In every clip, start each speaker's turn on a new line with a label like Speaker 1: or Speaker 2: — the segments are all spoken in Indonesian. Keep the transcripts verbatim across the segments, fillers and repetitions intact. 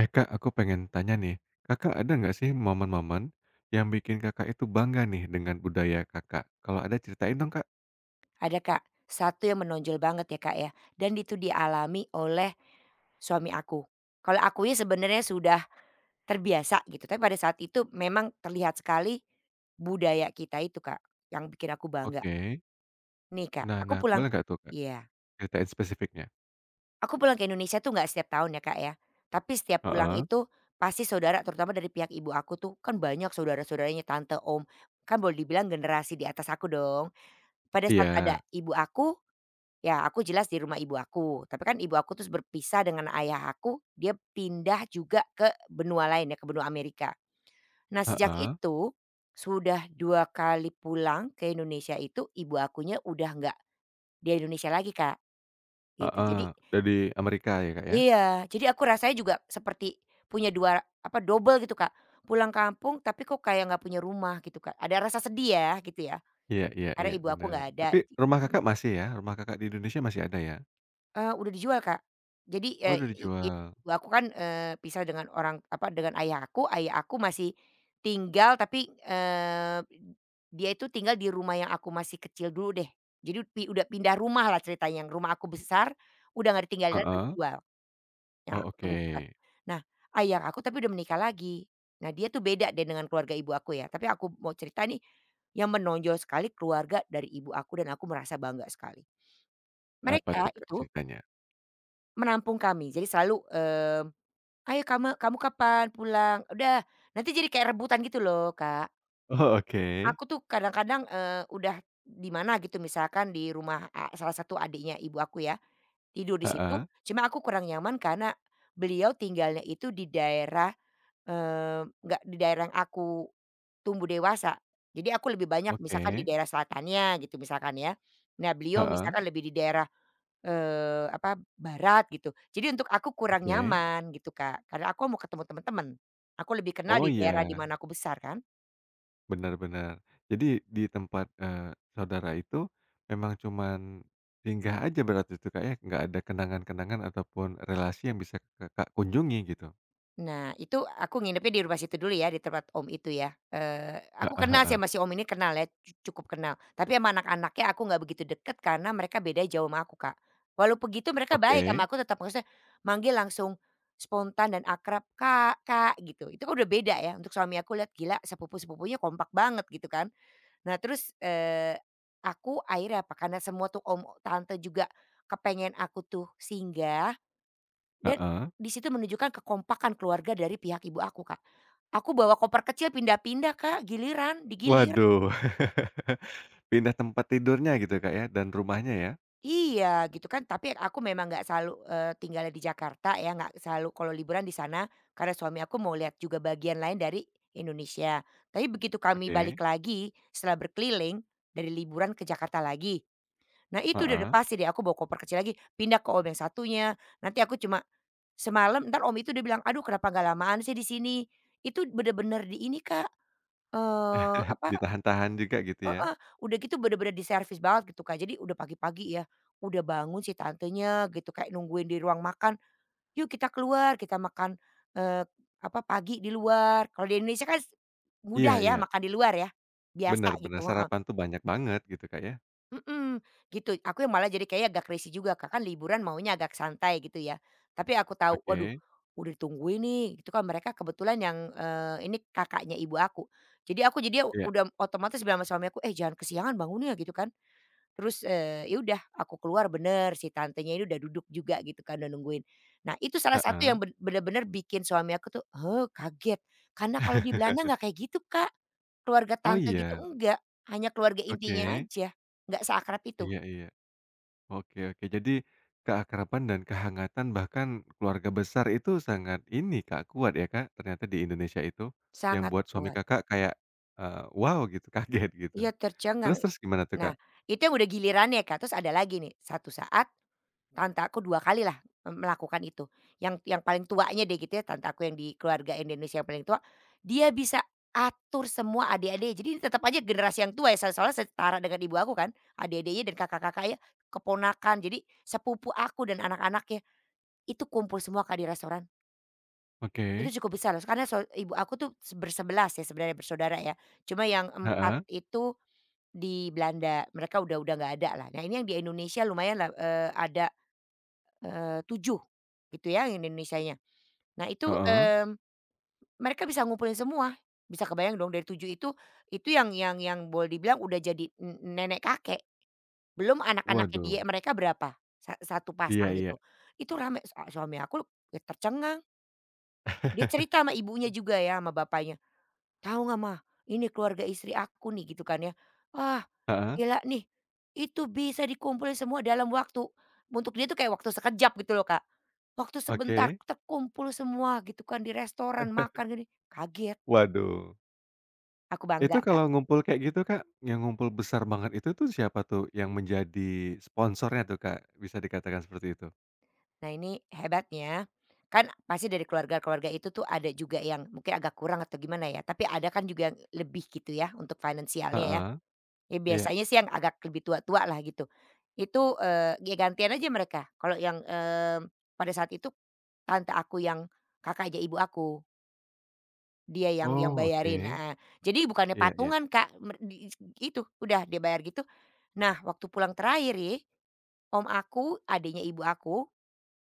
Speaker 1: Eh Kak, aku pengen tanya nih, Kakak ada nggak sih momen-momen yang bikin Kakak itu bangga nih dengan budaya Kakak? Kalau ada ceritain dong Kak.
Speaker 2: Ada Kak, satu yang menonjol banget ya Kak ya, dan itu dialami oleh suami aku. Kalau akunya sebenarnya sudah terbiasa gitu, tapi pada saat itu memang terlihat sekali budaya kita itu Kak, yang bikin aku bangga.
Speaker 1: Oke,
Speaker 2: Nih Kak,
Speaker 1: nah
Speaker 2: aku
Speaker 1: nah,
Speaker 2: pulang
Speaker 1: boleh
Speaker 2: ke
Speaker 1: nggak tuh Kak,
Speaker 2: iya,
Speaker 1: ceritain spesifiknya?
Speaker 2: aku pulang ke Indonesia tuh nggak setiap tahun ya Kak ya, tapi setiap pulang
Speaker 1: Heeh,
Speaker 2: itu pasti saudara terutama dari pihak ibu aku tuh kan banyak saudara-saudaranya, tante, om, kan boleh dibilang generasi di atas aku dong. Pada saat ada
Speaker 1: iya,
Speaker 2: ibu aku, ya aku jelas di rumah ibu aku, tapi kan ibu aku terus berpisah dengan ayah aku, dia pindah juga ke benua lain ya, ke benua Amerika. Nah sejak
Speaker 1: heeh,
Speaker 2: itu, sudah dua kali pulang ke Indonesia itu ibu akunya udah nggak di Indonesia lagi Kak, gitu.
Speaker 1: heeh,
Speaker 2: Jadi
Speaker 1: dari Amerika ya Kak ya?
Speaker 2: iya, jadi aku rasanya juga seperti punya dua apa, double gitu Kak. Pulang kampung tapi kok kayak nggak punya rumah gitu Kak, ada rasa sedih ya gitu ya,
Speaker 1: Iya iya
Speaker 2: karena
Speaker 1: iya,
Speaker 2: ibu aku
Speaker 1: benar.
Speaker 2: nggak ada,
Speaker 1: Tapi rumah
Speaker 2: mhm.
Speaker 1: Kakak masih ya? Rumah Kakak di Indonesia masih ada ya?
Speaker 2: Eee, udah dijual, Kak. Jadi,
Speaker 1: Oh
Speaker 2: eee,
Speaker 1: udah
Speaker 2: i i
Speaker 1: dijual?
Speaker 2: ibu aku kan, eee, pisah dengan orang apa, dengan ayah aku. Ayah aku masih tinggal tapi, eee, dia itu tinggal di rumah yang aku masih kecil dulu deh. Jadi pi udah pindah rumah lah ceritanya, yang rumah aku besar udah nggak ditinggalin lagi, udah
Speaker 1: Heeh,
Speaker 2: dijual, yang
Speaker 1: oh
Speaker 2: aku
Speaker 1: oke.
Speaker 2: tumbuh besar. Nah, ayah aku tapi udah menikah lagi. Nah, dia tuh beda deh dengan keluarga ibu aku ya, tapi aku mau cerita nih, yang menonjol sekali keluarga dari ibu aku dan aku merasa bangga sekali.
Speaker 1: Apa tuh
Speaker 2: Mereka
Speaker 1: Kak
Speaker 2: itu
Speaker 1: ceritanya?
Speaker 2: menampung kami. Jadi selalu, eee, "Ayo kamu kamu kapan pulang?" Udah, nanti jadi kayak rebutan gitu loh, Kak.
Speaker 1: Oh oke,
Speaker 2: Aku tuh kadang-kadang, eee, udah di mana gitu misalkan di rumah a salah satu adiknya ibu aku ya, tidur di
Speaker 1: heeh,
Speaker 2: situ, cuma aku kurang nyaman karena beliau tinggalnya itu di daerah, eee, nggak di daerah yang aku tumbuh dewasa. Jadi aku lebih banyak misalkan di
Speaker 1: oke,
Speaker 2: daerah selatannya gitu misalkan ya. Nah beliau
Speaker 1: heeh,
Speaker 2: misalkan lebih di daerah Eee, apa, barat gitu. Jadi untuk aku kurang
Speaker 1: oke.
Speaker 2: nyaman gitu, Kak, karena aku mau ketemu teman-teman. Aku lebih kenal
Speaker 1: Oh
Speaker 2: di daerah di
Speaker 1: iya.
Speaker 2: mana aku besar kan.
Speaker 1: Benar-benar. Jadi di tempat, eee, saudara itu memang cuman singgah aja berarti itu, Kak, ya? Nggak ada kenangan-kenangan ataupun relasi yang bisa Kakak kunjungi gitu?
Speaker 2: Nah itu aku nginepnya di rumah situ dulu ya, di tempat om itu ya. Eee, aku
Speaker 1: Heeh
Speaker 2: kenal sih
Speaker 1: heeh.
Speaker 2: sama si om ini kenal ya, cu cukup kenal. Tapi sama anak-anaknya aku nggak begitu deket karena mereka beda jauh sama aku, Kak. Walau begitu mereka baik
Speaker 1: Oke,
Speaker 2: sama aku tetap, maksudnya manggil langsung spontan dan akrab, "Kak, Kak," gitu. Itu kan udah beda ya, untuk suami aku lihat gila sepupu-sepupunya kompak banget gitu kan. Nah terus, eee, aku akhirnya apa, karena semua tuh om tante juga kepengen aku tuh singgah dan
Speaker 1: heeh.
Speaker 2: di situ menunjukkan kekompakan keluarga dari pihak ibu aku, Kak. Aku bawa koper kecil pindah-pindah, Kak, giliran, digilir.
Speaker 1: Waduh. Pindah tempat tidurnya gitu, Kak, ya? Dan rumahnya ya?
Speaker 2: Iya gitu kan, tapi aku memang nggak selalu, eee, tinggalnya di Jakarta ya, nggak selalu kalau liburan di sana karena suami aku mau lihat juga bagian lain dari Indonesia. Tapi begitu kami balik
Speaker 1: Oke,
Speaker 2: lagi setelah berkeliling dari liburan ke Jakarta lagi. Nah itu udah udah
Speaker 1: heeh.
Speaker 2: pasti deh aku bawa koper kecil lagi, pindah ke om yang satunya, nanti aku cuma semalam entar om itu dia bilang, "Aduh kenapa nggak lamaan sih di sini?" Itu bener-bener di ini Kak, eee, apa,
Speaker 1: Ditahan-tahan juga gitu ya?
Speaker 2: heeh, udah gitu bener-bener diservis banget gitu Kak, jadi udah pagi-pagi ya, udah bangun si tantenya gitu kayak nungguin di ruang makan, "Yuk kita keluar, kita makan, eee, apa, pagi di luar." Kalau di Indonesia kan mudah
Speaker 1: Iya
Speaker 2: ya
Speaker 1: iya.
Speaker 2: makan di luar ya, biasa
Speaker 1: Benar-benar
Speaker 2: gitu, heeh.
Speaker 1: sarapan tuh banyak banget gitu, Kak, ya?
Speaker 2: Mhm, gitu. Aku yang malah jadi kayak agak risih juga Kak, kan liburan maunya agak santai gitu ya. Tapi aku tahu, waduh
Speaker 1: Oke,
Speaker 2: udah ditungguin nih, itu kan mereka kebetulan yang, eee, ini kakaknya ibu aku. Jadi aku jadi
Speaker 1: iya,
Speaker 2: udah otomatis bilang sama suami aku, "Eh jangan kesiangan bangunnya," gitu kan. Terus, eee, ya udah aku keluar bener si tantenya ini udah duduk juga gitu kan, udah nungguin. Nah itu salah satu yang
Speaker 1: heeh.
Speaker 2: ben bener-bener bikin suami aku tuh, "Heh," kaget, karena kalau di Belanda nggak kayak gitu Kak, keluarga
Speaker 1: Oh
Speaker 2: tante gitu
Speaker 1: iya?
Speaker 2: enggak, hanya keluarga intinya
Speaker 1: Oke,
Speaker 2: aja, nggak seakrab itu,
Speaker 1: iya iya. Oke oke. Jadi, keakraban dan kehangatan bahkan keluarga besar itu sangat ini Kak, kuat ya Kak, ternyata di Indonesia itu, yang
Speaker 2: sangat
Speaker 1: buat suami
Speaker 2: kuat.
Speaker 1: Kakak kayak, eee, wow gitu, kaget gitu.
Speaker 2: Iya tercengang.
Speaker 1: Terus terus gimana tuh
Speaker 2: Nah
Speaker 1: Kak?
Speaker 2: itu yang udah gilirannya Kak, terus ada lagi nih, satu saat tante aku 2 kalilah, eee, melakukan itu. Yang yang paling tuanya deh gitu ya, tante aku yang di keluarga Indonesia yang paling tua, dia bisa atur semua adik-adiknya. Jadi ini tetap aja generasi yang tua ya, so soalnya setara dengan ibu aku kan, adik-adiknya dan kakak-kakaknya, keponakan, jadi sepupu aku dan anak-anaknya, itu kumpul semua Kak di restoran. Itu
Speaker 1: Oke.
Speaker 2: cukup besar loh, karena so ibu aku tuh se bersebelas ya sebenarnya bersaudara ya, cuma yang empat
Speaker 1: Heeh,
Speaker 2: itu di Belanda, mereka udah udah nggak ada lah. Nah ini yang di Indonesia lumayan lah, eee, ada Eee, tujuh gitu ya Indonesianya. Nah itu,
Speaker 1: heeh.
Speaker 2: mmm, mereka bisa ngumpulin semua, bisa kebayang dong dari tujuh itu, itu yang yang yang boleh dibilang udah jadi n nenek kakek, belum anak-anaknya dia
Speaker 1: Waduh.
Speaker 2: mereka berapa, sa satu
Speaker 1: Iya
Speaker 2: pasang
Speaker 1: iya.
Speaker 2: gitu. Itu rame, sua suami aku ya tercengang, dia cerita sama ibunya juga ya sama bapaknya, "Tahu nggak mah? Ini keluarga istri aku nih," gitu kan ya. Wah
Speaker 1: Heeh,
Speaker 2: gila nih, itu bisa dikumpulin semua dalam waktu, untuk dia tuh kayak waktu sekejap gitu loh, Kak. Waktu sebentar
Speaker 1: oke.
Speaker 2: terkumpul semua gitu kan di restoran, makan gini, kaget,
Speaker 1: Waduh.
Speaker 2: aku
Speaker 1: Itu
Speaker 2: bangga, Kak.
Speaker 1: kalau ngumpul kayak gitu Kak, yang ngumpul besar banget itu tuh siapa tuh yang menjadi sponsornya tuh Kak? Bisa dikatakan seperti itu?
Speaker 2: Nah ini hebatnya, kan pasti dari keluarga-keluarga itu tuh ada juga yang mungkin agak kurang atau gimana ya, tapi ada kan juga yang lebih gitu ya untuk finansialnya ya.
Speaker 1: Heeh,
Speaker 2: Ya
Speaker 1: iya.
Speaker 2: biasanya sih yang agak lebih tua-tua lah gitu. Itu, eee, ya gantian aja mereka. Kalau yang, mmm, pada saat itu tante aku yang kakak aja ibu aku. Dia yang yang
Speaker 1: Oh
Speaker 2: bayarin,
Speaker 1: oke.
Speaker 2: heeh. Jadi bukannya
Speaker 1: Iya iya.
Speaker 2: patungan, Kak, mer di itu, udah dia bayar gitu. Nah, waktu pulang terakhir ya, om aku, adiknya ibu aku,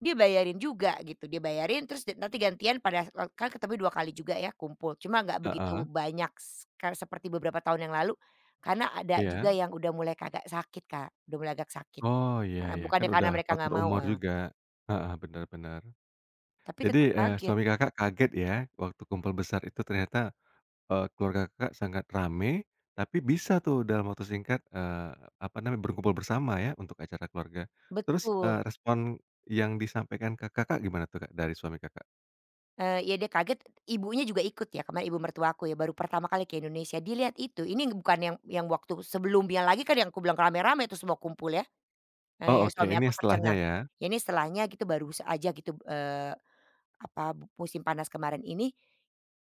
Speaker 2: dia bayarin juga gitu, dia bayarin terus di- nanti gantian pada e, kan ketemu dua kali juga ya kumpul, cuma nggak begitu
Speaker 1: Heeh,
Speaker 2: banyak s kar seperti beberapa tahun yang lalu, karena ada juga
Speaker 1: iya.
Speaker 2: yang udah mulai kagak sakit, Kak, udah mulai agak sakit,
Speaker 1: Oh, iya
Speaker 2: heeh,
Speaker 1: iya, kan
Speaker 2: bukannya karena
Speaker 1: udah
Speaker 2: mereka nggak
Speaker 1: faktor
Speaker 2: mau,
Speaker 1: umur
Speaker 2: heeh,
Speaker 1: juga. Heeh, bener bener.
Speaker 2: tapi tetap
Speaker 1: Jadi, eee,
Speaker 2: kaget.
Speaker 1: suami Kakak kaget ya waktu kumpul besar itu ternyata, eee, keluarga Kakak sangat rame, tapi bisa tuh dalam waktu singkat, eee, apa namanya, berkumpul bersama ya untuk acara keluarga. Terus,
Speaker 2: Betul.
Speaker 1: eee, respon yang disampaikan ke Kakak gimana tuh, Kak, dari suami Kakak?
Speaker 2: Eee, ya dia kaget, ibunya juga ikut ya, kemarin ibu mertuaku ya, baru pertama kali ke Indonesia. Dilihat itu, ini bukan yang yang waktu sebelumnya lagi kan yang aku bilang rame-rame itu semua kumpul ya,
Speaker 1: Oh,
Speaker 2: eee,
Speaker 1: oke,
Speaker 2: suami
Speaker 1: ini
Speaker 2: aku
Speaker 1: yang setelahnya
Speaker 2: tercengang.
Speaker 1: ya.
Speaker 2: Ya ini setelahnya gitu baru aja gitu, eee, apa, bu- musim panas kemarin ini,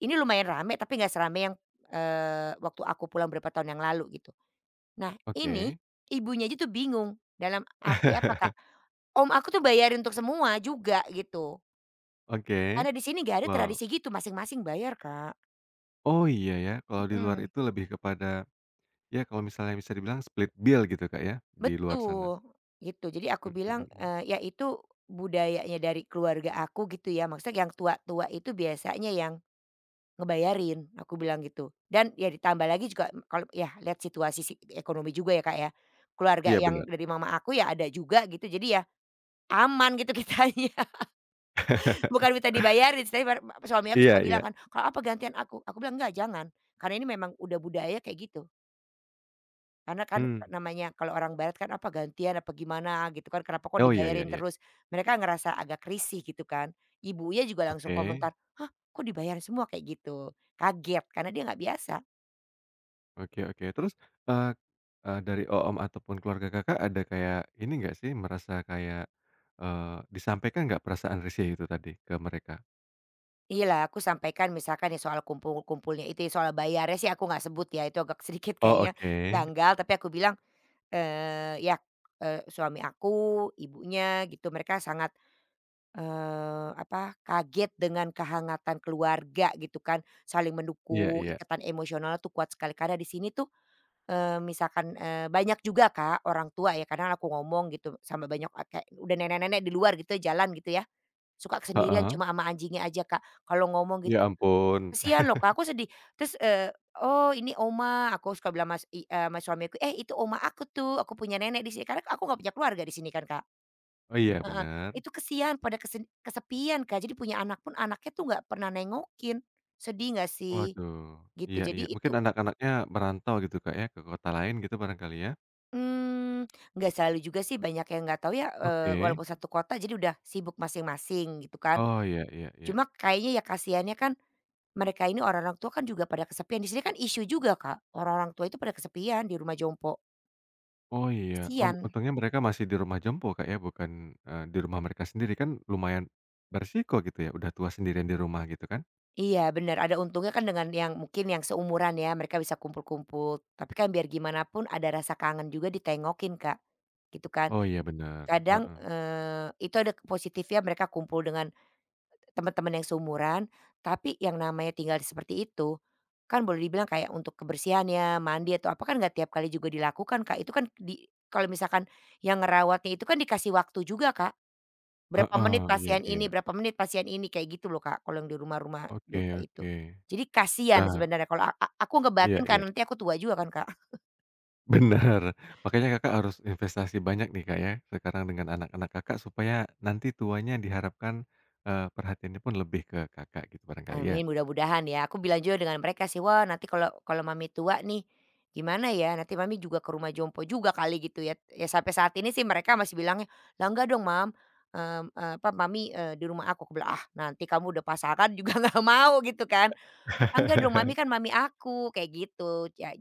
Speaker 2: ini lumayan rame tapi nggak serame yang, eee, waktu aku pulang berapa tahun yang lalu gitu. Nah ini,
Speaker 1: Oke.
Speaker 2: ibunya aja tuh bingung, dalam arti apa Kak, om aku tuh bayarin untuk semua juga gitu.
Speaker 1: Oke,
Speaker 2: Karena di sini gak ada
Speaker 1: wow.
Speaker 2: tradisi gitu, masing-masing bayar Kak.
Speaker 1: Oh, iya ya, kalau di luar
Speaker 2: Mhm,
Speaker 1: itu lebih kepada. Ya kalau misalnya bisa dibilang split bill gitu Kak ya, di luar sana.
Speaker 2: betul, gitu. Jadi aku
Speaker 1: Mhm
Speaker 2: bilang,
Speaker 1: mhm.
Speaker 2: eee, ya itu budayanya dari keluarga aku gitu ya, maksudnya yang tua-tua itu biasanya yang ngebayarin, aku bilang gitu. Dan ya ditambah lagi juga kalau ya lihat situasi si ekonomi juga ya, Kak, ya. Keluarga
Speaker 1: Iya
Speaker 2: yang
Speaker 1: bener.
Speaker 2: dari mama aku ya ada juga gitu, jadi ya aman gitu kitanya, bukan minta dibayarin. Tapi bar suami aku suka
Speaker 1: Iya
Speaker 2: bilang
Speaker 1: iya.
Speaker 2: kan, "Kalau apa gantian aku?" Aku bilang, "Enggak, jangan, karena ini memang udah budaya kayak gitu." Karena kan
Speaker 1: Mmm.
Speaker 2: namanya kalau orang barat kan apa gantian apa gimana gitu kan, kenapa kok
Speaker 1: Oh iya iya
Speaker 2: dibayarin
Speaker 1: iya.
Speaker 2: terus. Mereka ngerasa agak risih gitu kan. Ibunya juga langsung
Speaker 1: Oke.
Speaker 2: komentar, "Hah kok dibayar semua?" Kayak gitu. Kaget karena dia nggak biasa.
Speaker 1: Oke oke. Terus, eee eee, dari om ataupun keluarga Kakak ada kayak ini nggak sih, merasa kayak, eee, disampaikan nggak perasaan risih itu tadi ke mereka?
Speaker 2: Iyalah aku sampaikan misalkan ya soal kumpul-kumpulnya itu ya, soal bayarnya sih aku nggak sebut ya, itu agak sedikit
Speaker 1: Oh
Speaker 2: kayaknya
Speaker 1: oke.
Speaker 2: janggal. Tapi aku bilang, eee, ya, eee, suami aku, ibunya gitu mereka sangat Eee, apa, kaget dengan kehangatan keluarga gitu kan, saling
Speaker 1: Iya
Speaker 2: mendukung,
Speaker 1: iya.
Speaker 2: ikatan emosionalnya tuh kuat sekali. Karena di sini tuh, eee, misalkan, eee, banyak juga Kak orang tua ya, kadang aku ngomong gitu sama banyak kayak udah nenek-nenek di luar gitu ya, jalan gitu ya, suka kesendirian
Speaker 1: Heeh.
Speaker 2: cuma sama anjingnya aja Kak, kalau ngomong gitu,
Speaker 1: Ya ampun.
Speaker 2: "Kasihan loh Kak, aku sedih." Terus, eee, "Oh ini oma," aku suka bilang mas i eee, sama suamiku, "Eh itu oma aku tuh, aku punya nenek di sini." Karena aku nggak punya keluarga di sini kan Kak.
Speaker 1: Oh iya
Speaker 2: Heeh,
Speaker 1: bener.
Speaker 2: itu kesian pada kesen kesepian Kak, jadi punya anak pun anaknya tuh nggak pernah nengokin, sedih nggak sih?
Speaker 1: Waduh.
Speaker 2: Gitu
Speaker 1: Iya
Speaker 2: jadi
Speaker 1: iya.
Speaker 2: itu
Speaker 1: Mungkin anak-anaknya merantau gitu Kak ya, ke kota lain gitu barangkali ya?
Speaker 2: mmm, nggak selalu juga sih banyak yang nggak tahu ya, eee,
Speaker 1: Oke.
Speaker 2: walaupun satu kota jadi udah sibuk masing-masing gitu kan,
Speaker 1: Oh, iya iya iya.
Speaker 2: cuma kayaknya ya kasihannya kan mereka ini orang-orang tua kan juga pada kesepian, di sini kan isu juga Kak, orang-orang tua itu pada kesepian di rumah jompo,
Speaker 1: Oh, iya.
Speaker 2: kasihan.
Speaker 1: Mmm, untungnya mereka masih di rumah jompo, Kak, ya, bukan, eee, di rumah mereka sendiri, kan lumayan beresiko gitu ya, udah tua sendirian di rumah gitu kan.
Speaker 2: Iya bener, ada untungnya kan dengan yang mungkin yang seumuran ya, mereka bisa kumpul-kumpul. Tapi kan biar gimana pun ada rasa kangen juga ditengokin, Kak, gitu kan.
Speaker 1: Oh, iya benar
Speaker 2: Kadang,
Speaker 1: heeh.
Speaker 2: eee, itu ada positifnya mereka kumpul dengan teman-teman yang seumuran, tapi yang namanya tinggal seperti itu, kan boleh dibilang kayak untuk kebersihannya, mandi atau apa kan nggak tiap kali juga dilakukan, Kak. Itu kan di kalau misalkan yang ngerawatnya itu kan dikasih waktu juga, Kak. Berapa
Speaker 1: Heeh,
Speaker 2: menit
Speaker 1: iya
Speaker 2: pasien ini
Speaker 1: iya.
Speaker 2: berapa menit pasien ini, kayak gitu loh, Kak, kalau yang di rumah-rumah
Speaker 1: Oke
Speaker 2: Jogja itu.
Speaker 1: oke.
Speaker 2: Jadi kasihan
Speaker 1: Nah,
Speaker 2: sebenarnya kalau a a aku
Speaker 1: iya
Speaker 2: ngebatin kan
Speaker 1: iya,
Speaker 2: nanti aku tua juga kan, Kak.
Speaker 1: benar. Makanya Kakak harus investasi banyak nih, Kak, ya, sekarang dengan anak-anak Kakak supaya nanti tuanya diharapkan, eee, perhatiannya pun lebih ke Kakak gitu barangkali ya?
Speaker 2: Amin, mudah-mudahan ya. Aku bilang juga dengan mereka sih, "Wah, nanti kalau kalau Mami tua nih, gimana ya? Nanti Mami juga ke rumah jompo juga kali," gitu ya. Ya sampai saat ini sih mereka masih bilangnya, "Lah enggak dong, Mam, mmm, eee, apa Mami, eee, di rumah aku." Aku bilang, "Ah, nanti kamu udah pasangan juga nggak mau," gitu kan. Ah, enggak dong, mami kan mami aku, kayak gitu. Ya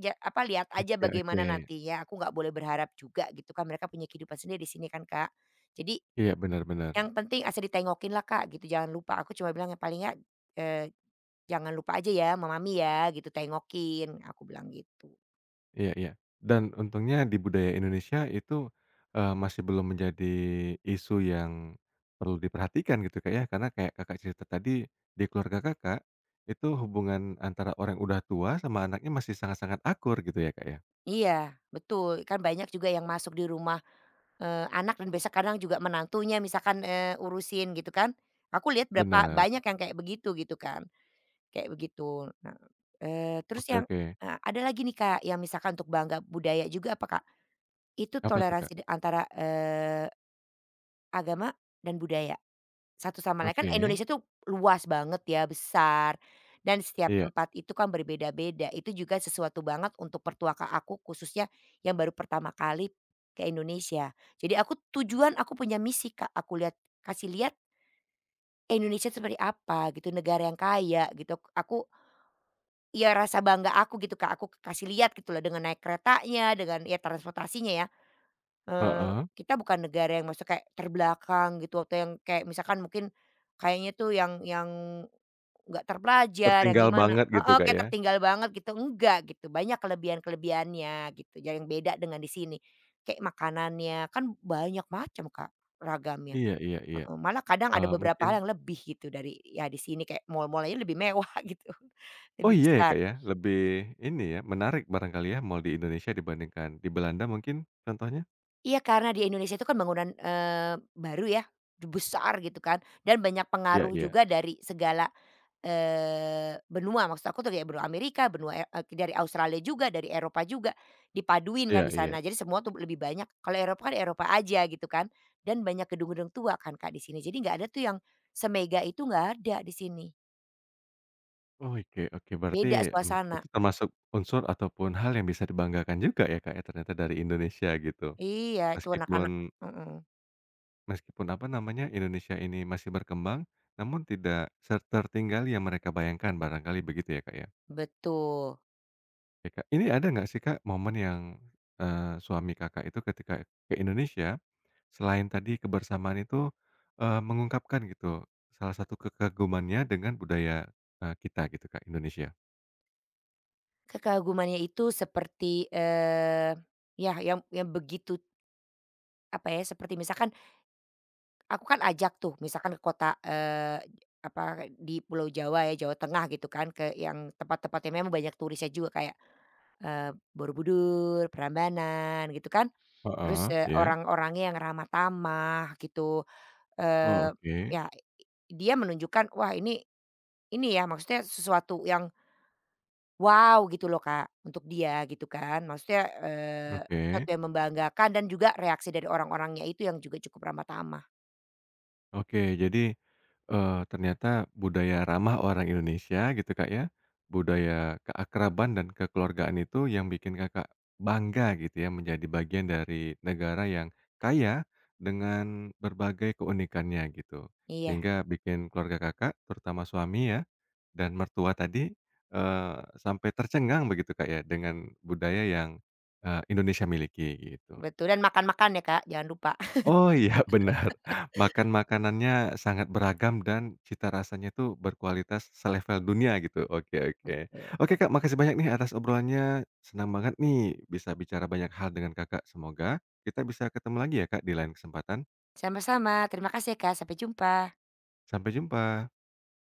Speaker 2: ja apa, lihat aja
Speaker 1: Oke
Speaker 2: bagaimana
Speaker 1: oke.
Speaker 2: nantinya, aku nggak boleh berharap juga gitu kan, mereka punya kehidupan sendiri di sini kan, Kak. Jadi
Speaker 1: Iya, benar-benar.
Speaker 2: yang penting asal ditengokin lah, Kak, gitu, jangan lupa. Aku cuma bilang, yang paling ya eee, jangan lupa aja ya sama mami ya," gitu, "tengokin," aku bilang gitu.
Speaker 1: Iya iya. Dan untungnya di budaya Indonesia itu, eee, masih belum menjadi isu yang perlu diperhatikan gitu, Kak, ya. Karena kayak Kakak cerita tadi, di keluarga Kakak, itu hubungan antara orang yang udah tua sama anaknya masih sangat-sangat akur gitu ya, Kak, ya?
Speaker 2: Iya, betul, kan banyak juga yang masuk di rumah, eee, anak dan biasa kadang juga menantunya misalkan, eee, urusin gitu kan. Aku lihat berapa
Speaker 1: Bener.
Speaker 2: banyak yang kayak begitu gitu kan. Kayak begitu. Nah, eee, terus
Speaker 1: Oke
Speaker 2: yang,
Speaker 1: oke.
Speaker 2: eee, ada lagi nih, Kak, yang misalkan untuk bangga budaya juga apa, Kak? Itu
Speaker 1: Apa tuh,
Speaker 2: toleransi
Speaker 1: Kak?
Speaker 2: di antara, eee, agama dan budaya, satu sama lain. Kan
Speaker 1: Oke.
Speaker 2: Indonesia tuh luas banget ya, besar, dan setiap
Speaker 1: Iya.
Speaker 2: tempat itu kan berbeda-beda. Itu juga sesuatu banget untuk pertaka aku khususnya yang baru pertama kali ke Indonesia. Jadi aku tujuan aku punya misi, Kak, aku lihat kasih lihat Indonesia seperti apa gitu, negara yang kaya gitu. Aku iya rasa bangga aku gitu Kak, aku kasih lihat gitu loh dengan naik keretanya, dengan ya transportasinya ya, eee,
Speaker 1: Heeh.
Speaker 2: kita bukan negara yang maksudnya kayak terbelakang gitu atau yang kayak misalkan mungkin kayaknya tuh yang yang nggak terpelajar, yang
Speaker 1: Tertinggal
Speaker 2: gimana
Speaker 1: banget gitu,
Speaker 2: heeh,
Speaker 1: Kak,
Speaker 2: kayak
Speaker 1: ya?
Speaker 2: tertinggal banget gitu, enggak gitu, banyak kelebihan-kelebihannya gitu, ya yang beda dengan di sini. Kayak makanannya, kan banyak macam Kak ragamnya,
Speaker 1: Iya iya iya.
Speaker 2: heeh, malah kadang ada
Speaker 1: Eee,
Speaker 2: beberapa
Speaker 1: mungkin
Speaker 2: hal yang lebih gitu dari ya di sini kayak mall-mall aja lebih mewah gitu,
Speaker 1: oh
Speaker 2: lebih
Speaker 1: iya ya, Kak,
Speaker 2: besar.
Speaker 1: ya? Lebih ini ya, menarik barangkali ya mall di Indonesia dibandingkan di Belanda mungkin contohnya?
Speaker 2: Iya, karena di Indonesia itu kan bangunan, eee, baru ya, besar gitu kan, dan banyak
Speaker 1: Iya
Speaker 2: pengaruh
Speaker 1: iya.
Speaker 2: juga dari segala, eee, benua. Maksud aku tuh kayak benua Amerika, benua, eee, dari Australia juga, dari Eropa juga, dipaduin kan
Speaker 1: Iya
Speaker 2: di
Speaker 1: iya.
Speaker 2: sana. Jadi semua tuh lebih banyak, kalau Eropa kan Eropa aja gitu kan, dan banyak gedung-gedung tua kan Kak di sini. Jadi nggak ada tuh yang semega itu nggak ada di sini,
Speaker 1: Oh, oke oke, berarti,
Speaker 2: beda
Speaker 1: mmm,
Speaker 2: suasana.
Speaker 1: itu termasuk unsur ataupun hal yang bisa dibanggakan juga ya, Kak, ya, ternyata dari Indonesia gitu.
Speaker 2: Iya, itu
Speaker 1: Meskipun
Speaker 2: anak-anak mhm,
Speaker 1: meskipun apa namanya, Indonesia ini masih berkembang, namun tidak ser tertinggal yang mereka bayangkan, barangkali begitu ya, Kak, ya?
Speaker 2: betul.
Speaker 1: Oke, Kak, ini ada nggak sih, Kak, momen yang, eee, suami Kakak itu ketika ke Indonesia, selain tadi kebersamaan itu, eee, mengungkapkan gitu salah satu kekagumannya dengan budaya, eee, kita gitu, Kak, Indonesia?
Speaker 2: Kekagumannya itu seperti, eee, ya yang yang begitu apa ya, seperti misalkan aku kan ajak tuh misalkan ke kota, eee, apa, di Pulau Jawa ya, Jawa Tengah gitu kan, ke yang tempat-tempat yang memang banyak turisnya juga kayak, eee, Borobudur, Prambanan gitu kan. Terus,
Speaker 1: Heeh,
Speaker 2: eee,
Speaker 1: iya.
Speaker 2: orang-orangnya yang ramah tamah gitu,
Speaker 1: Oh,
Speaker 2: eee,
Speaker 1: oke
Speaker 2: ya dia menunjukkan wah ini ini ya maksudnya sesuatu yang wow gitu loh Kak, untuk dia gitu kan. Maksudnya, eee,
Speaker 1: oke
Speaker 2: sesuatu yang membanggakan dan juga reaksi dari orang-orangnya itu yang juga cukup ramah tamah.
Speaker 1: oke. Jadi, eee, ternyata budaya ramah orang Indonesia gitu, Kak, ya, budaya keakraban dan kekeluargaan itu yang bikin Kakak bangga gitu ya menjadi bagian dari negara yang kaya dengan berbagai keunikannya gitu.
Speaker 2: Iya
Speaker 1: Sehingga bikin keluarga Kakak, terutama suami ya dan mertua tadi, eee, sampai tercengang begitu, Kak, ya dengan budaya yang, eee, Indonesia miliki gitu.
Speaker 2: betul dan makan-makan ya Kak, jangan lupa.
Speaker 1: Oh iya benar. makan makanannya sangat beragam dan cita rasanya itu berkualitas selevel dunia gitu. Oke oke.
Speaker 2: Betul.
Speaker 1: Oke Kak, makasih banyak nih atas obrolannya, senang banget nih bisa bicara banyak hal dengan Kakak. Semoga kita bisa ketemu lagi ya Kak di lain kesempatan.
Speaker 2: Sama-sama terima kasih ya Kak, sampai jumpa.
Speaker 1: Sampai jumpa.